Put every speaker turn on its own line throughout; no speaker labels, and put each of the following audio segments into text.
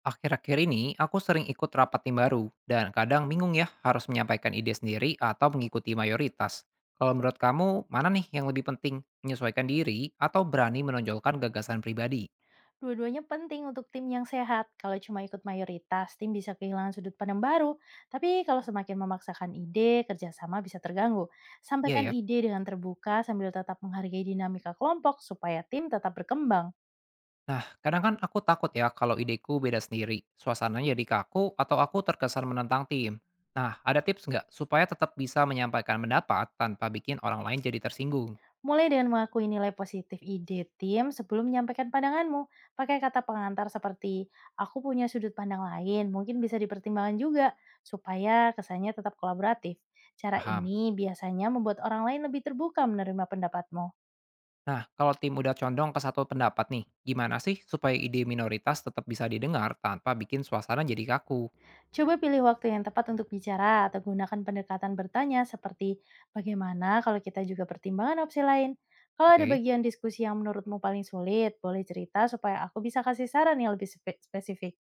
Akhir-akhir ini, aku sering ikut rapat tim baru, dan kadang bingung ya harus menyampaikan ide sendiri atau mengikuti mayoritas. Kalau menurut kamu, mana nih yang lebih penting? Menyesuaikan diri atau berani menonjolkan gagasan pribadi?
Dua-duanya penting untuk tim yang sehat. Kalau cuma ikut mayoritas, tim bisa kehilangan sudut pandang baru. Tapi kalau semakin memaksakan ide, kerjasama bisa terganggu.
Iya
Sampaikan
ya.
ide dengan terbuka sambil tetap menghargai dinamika kelompok supaya tim tetap berkembang.
Nah, kadang kan aku takut ya kalau ideku beda sendiri. Suasananya jadi kaku atau aku terkesan menentang tim. Nah, ada tips nggak supaya tetap bisa menyampaikan pendapat tanpa bikin orang lain jadi tersinggung?
Mulai dengan mengakui nilai positif ide tim sebelum menyampaikan pandanganmu. Pakai kata pengantar seperti, aku punya sudut pandang lain, mungkin bisa dipertimbangkan juga, supaya kesannya tetap kolaboratif. Cara
Paham?
ini biasanya membuat orang lain lebih terbuka menerima pendapatmu.
Nah, kalau tim udah condong ke satu pendapat nih, gimana sih supaya ide minoritas tetap bisa didengar tanpa bikin suasana jadi kaku?
Coba pilih waktu yang tepat untuk bicara atau gunakan pendekatan bertanya seperti bagaimana kalau kita juga pertimbangan opsi lain. Kalau ada
Oke.
bagian diskusi yang menurutmu paling sulit, boleh cerita supaya aku bisa kasih saran yang lebih spesifik.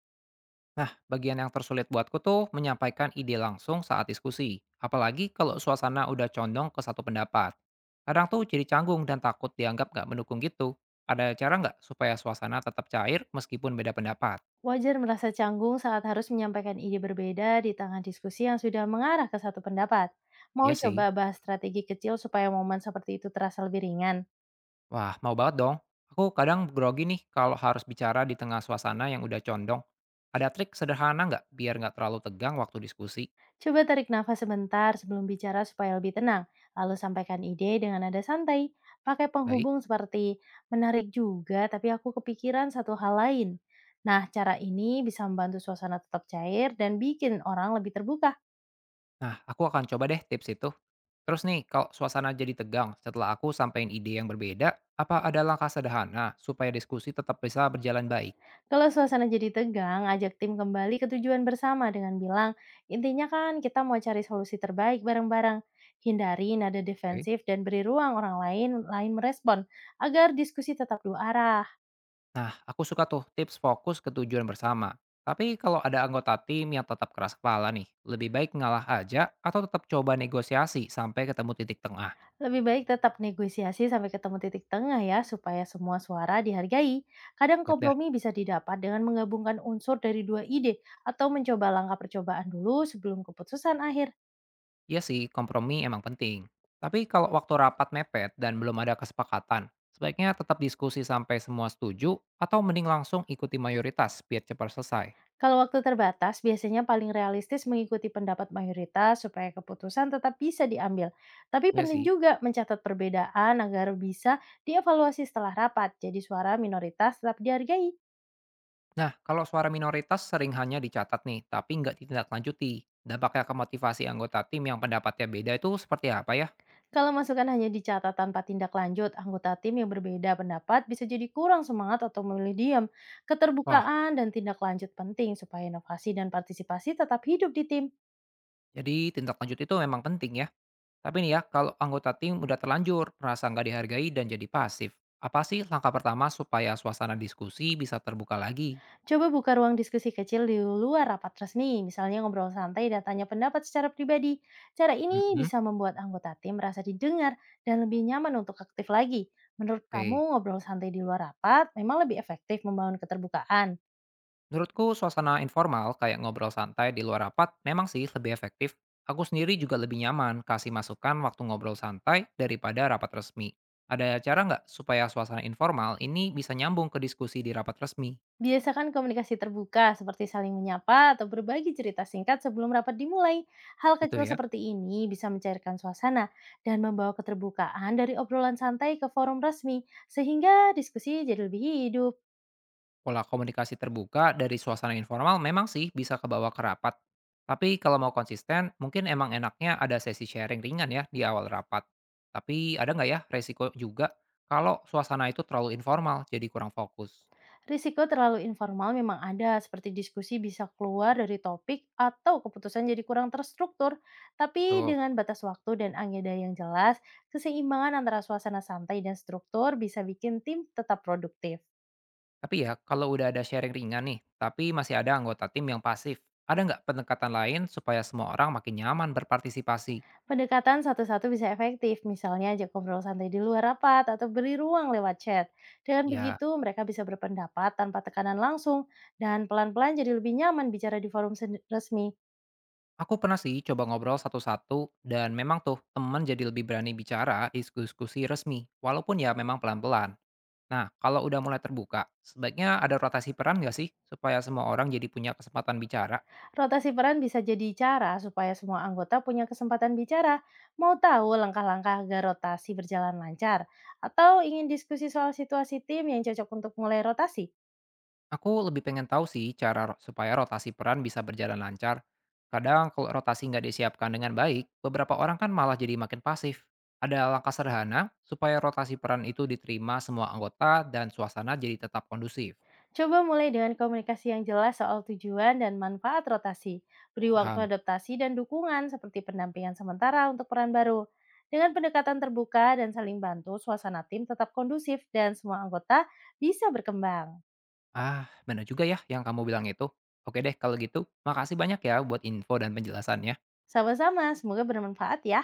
Nah, bagian yang tersulit buatku tuh menyampaikan ide langsung saat diskusi, apalagi kalau suasana udah condong ke satu pendapat. Kadang tuh jadi canggung dan takut dianggap nggak mendukung gitu. Ada cara nggak supaya suasana tetap cair meskipun beda pendapat?
Wajar merasa canggung saat harus menyampaikan ide berbeda di tangan diskusi yang sudah mengarah ke satu pendapat. Mau
Iya sih.
coba bahas strategi kecil supaya momen seperti itu terasa lebih ringan?
Wah, mau banget dong. Aku kadang grogi nih kalau harus bicara di tengah suasana yang udah condong. Ada trik sederhana nggak biar nggak terlalu tegang waktu diskusi?
Coba tarik nafas sebentar sebelum bicara supaya lebih tenang, lalu sampaikan ide dengan nada santai. Pakai
Baik.
penghubung seperti menarik juga, tapi aku kepikiran satu hal lain. Nah, cara ini bisa membantu suasana tetap cair dan bikin orang lebih terbuka.
Nah, aku akan coba deh tips itu. Terus nih, kalau suasana jadi tegang setelah aku sampaikan ide yang berbeda, apa ada langkah sederhana supaya diskusi tetap bisa berjalan baik?
Kalau suasana jadi tegang, ajak tim kembali ke tujuan bersama dengan bilang, intinya kan kita mau cari solusi terbaik bareng-bareng. Hindari nada
Oke.
defensif dan beri ruang orang lain lain merespon agar diskusi tetap dua arah.
Nah, aku suka tuh tips fokus ke tujuan bersama. Tapi kalau ada anggota tim yang tetap keras kepala nih, lebih baik ngalah aja atau tetap coba negosiasi sampai ketemu titik tengah.
Lebih baik tetap negosiasi sampai ketemu titik tengah ya, supaya semua suara dihargai. Kadang
Siap deh.
kompromi bisa didapat dengan menggabungkan unsur dari dua ide atau mencoba langkah percobaan dulu sebelum keputusan akhir.
Iya sih, kompromi emang penting. Tapi kalau waktu rapat mepet dan belum ada kesepakatan, sebaiknya tetap diskusi sampai semua setuju atau mending langsung ikuti mayoritas biar cepat selesai.
Kalau waktu terbatas, biasanya paling realistis mengikuti pendapat mayoritas supaya keputusan tetap bisa diambil. Tapi
Iya
penting
sih.
juga mencatat perbedaan agar bisa dievaluasi setelah rapat, jadi suara minoritas tetap dihargai.
Nah, kalau suara minoritas sering hanya dicatat nih, tapi nggak ditindaklanjuti. Dampaknya ke motivasi anggota tim yang pendapatnya beda itu seperti apa ya?
Kalau masukan hanya dicatat tanpa tindak lanjut, anggota tim yang berbeda pendapat bisa jadi kurang semangat atau memilih diam.
Wah,
Keterbukaan dan tindak lanjut penting supaya inovasi dan partisipasi tetap hidup di tim.
jadi tindak lanjut itu memang penting ya. Tapi nih ya, kalau anggota tim udah terlanjur, merasa nggak dihargai dan jadi pasif. Apa sih langkah pertama supaya suasana diskusi bisa terbuka lagi?
Coba buka ruang diskusi kecil di luar rapat resmi, misalnya ngobrol santai dan tanya pendapat secara pribadi. Cara ini
Mhm.
bisa membuat anggota tim merasa didengar dan lebih nyaman untuk aktif lagi. Menurut kamu,
Oke,
ngobrol santai di luar rapat memang lebih efektif membangun keterbukaan?
menurutku suasana informal kayak ngobrol santai di luar rapat memang sih lebih efektif. Aku sendiri juga lebih nyaman kasih masukan waktu ngobrol santai daripada rapat resmi. Ada cara nggak supaya suasana informal ini bisa nyambung ke diskusi di rapat resmi?
Biasakan komunikasi terbuka seperti saling menyapa atau berbagi cerita singkat sebelum rapat dimulai. Hal
Gitu
kecil
ya.
seperti ini bisa mencairkan suasana dan membawa keterbukaan dari obrolan santai ke forum resmi sehingga diskusi jadi lebih hidup.
Pola komunikasi terbuka dari suasana informal memang sih bisa kebawa ke rapat. Tapi kalau mau konsisten, mungkin emang enaknya ada sesi sharing ringan ya di awal rapat. Tapi ada nggak ya resiko juga kalau suasana itu terlalu informal jadi kurang fokus?
Risiko terlalu informal memang ada seperti diskusi bisa keluar dari topik atau keputusan jadi kurang terstruktur. Tapi
Tuh.
dengan batas waktu dan agenda yang jelas, keseimbangan antara suasana santai dan struktur bisa bikin tim tetap produktif.
Tapi ya, kalau udah ada sharing ringan nih, tapi masih ada anggota tim yang pasif, ada nggak pendekatan lain supaya semua orang makin nyaman berpartisipasi?
Pendekatan satu-satu bisa efektif, misalnya ajak ngobrol santai di luar rapat atau beri ruang lewat chat. Dengan
Ya,
begitu, mereka bisa berpendapat tanpa tekanan langsung dan pelan-pelan jadi lebih nyaman bicara di forum resmi.
aku pernah sih coba ngobrol satu-satu, dan memang tuh temen jadi lebih berani bicara di diskusi resmi, walaupun ya memang pelan-pelan. Nah, kalau udah mulai terbuka, sebaiknya ada rotasi peran nggak sih supaya semua orang jadi punya kesempatan bicara?
Rotasi peran bisa jadi cara supaya semua anggota punya kesempatan bicara. Mau tahu langkah-langkah agar rotasi berjalan lancar? Atau ingin diskusi soal situasi tim yang cocok untuk mulai rotasi?
Aku lebih pengen tahu sih supaya rotasi peran bisa berjalan lancar. Kadang kalau rotasi nggak disiapkan dengan baik, beberapa orang kan malah jadi makin pasif. Ada langkah sederhana supaya rotasi peran itu diterima semua anggota dan suasana jadi tetap kondusif.
Coba mulai dengan komunikasi yang jelas soal tujuan dan manfaat rotasi. Beri waktu
Paham?
adaptasi dan dukungan seperti pendampingan sementara untuk peran baru. Dengan pendekatan terbuka dan saling bantu, suasana tim tetap kondusif dan semua anggota bisa berkembang.
Ah, benar juga ya yang kamu bilang itu. Oke deh kalau gitu, makasih banyak ya buat info dan penjelasannya.
Sama-sama, semoga bermanfaat ya.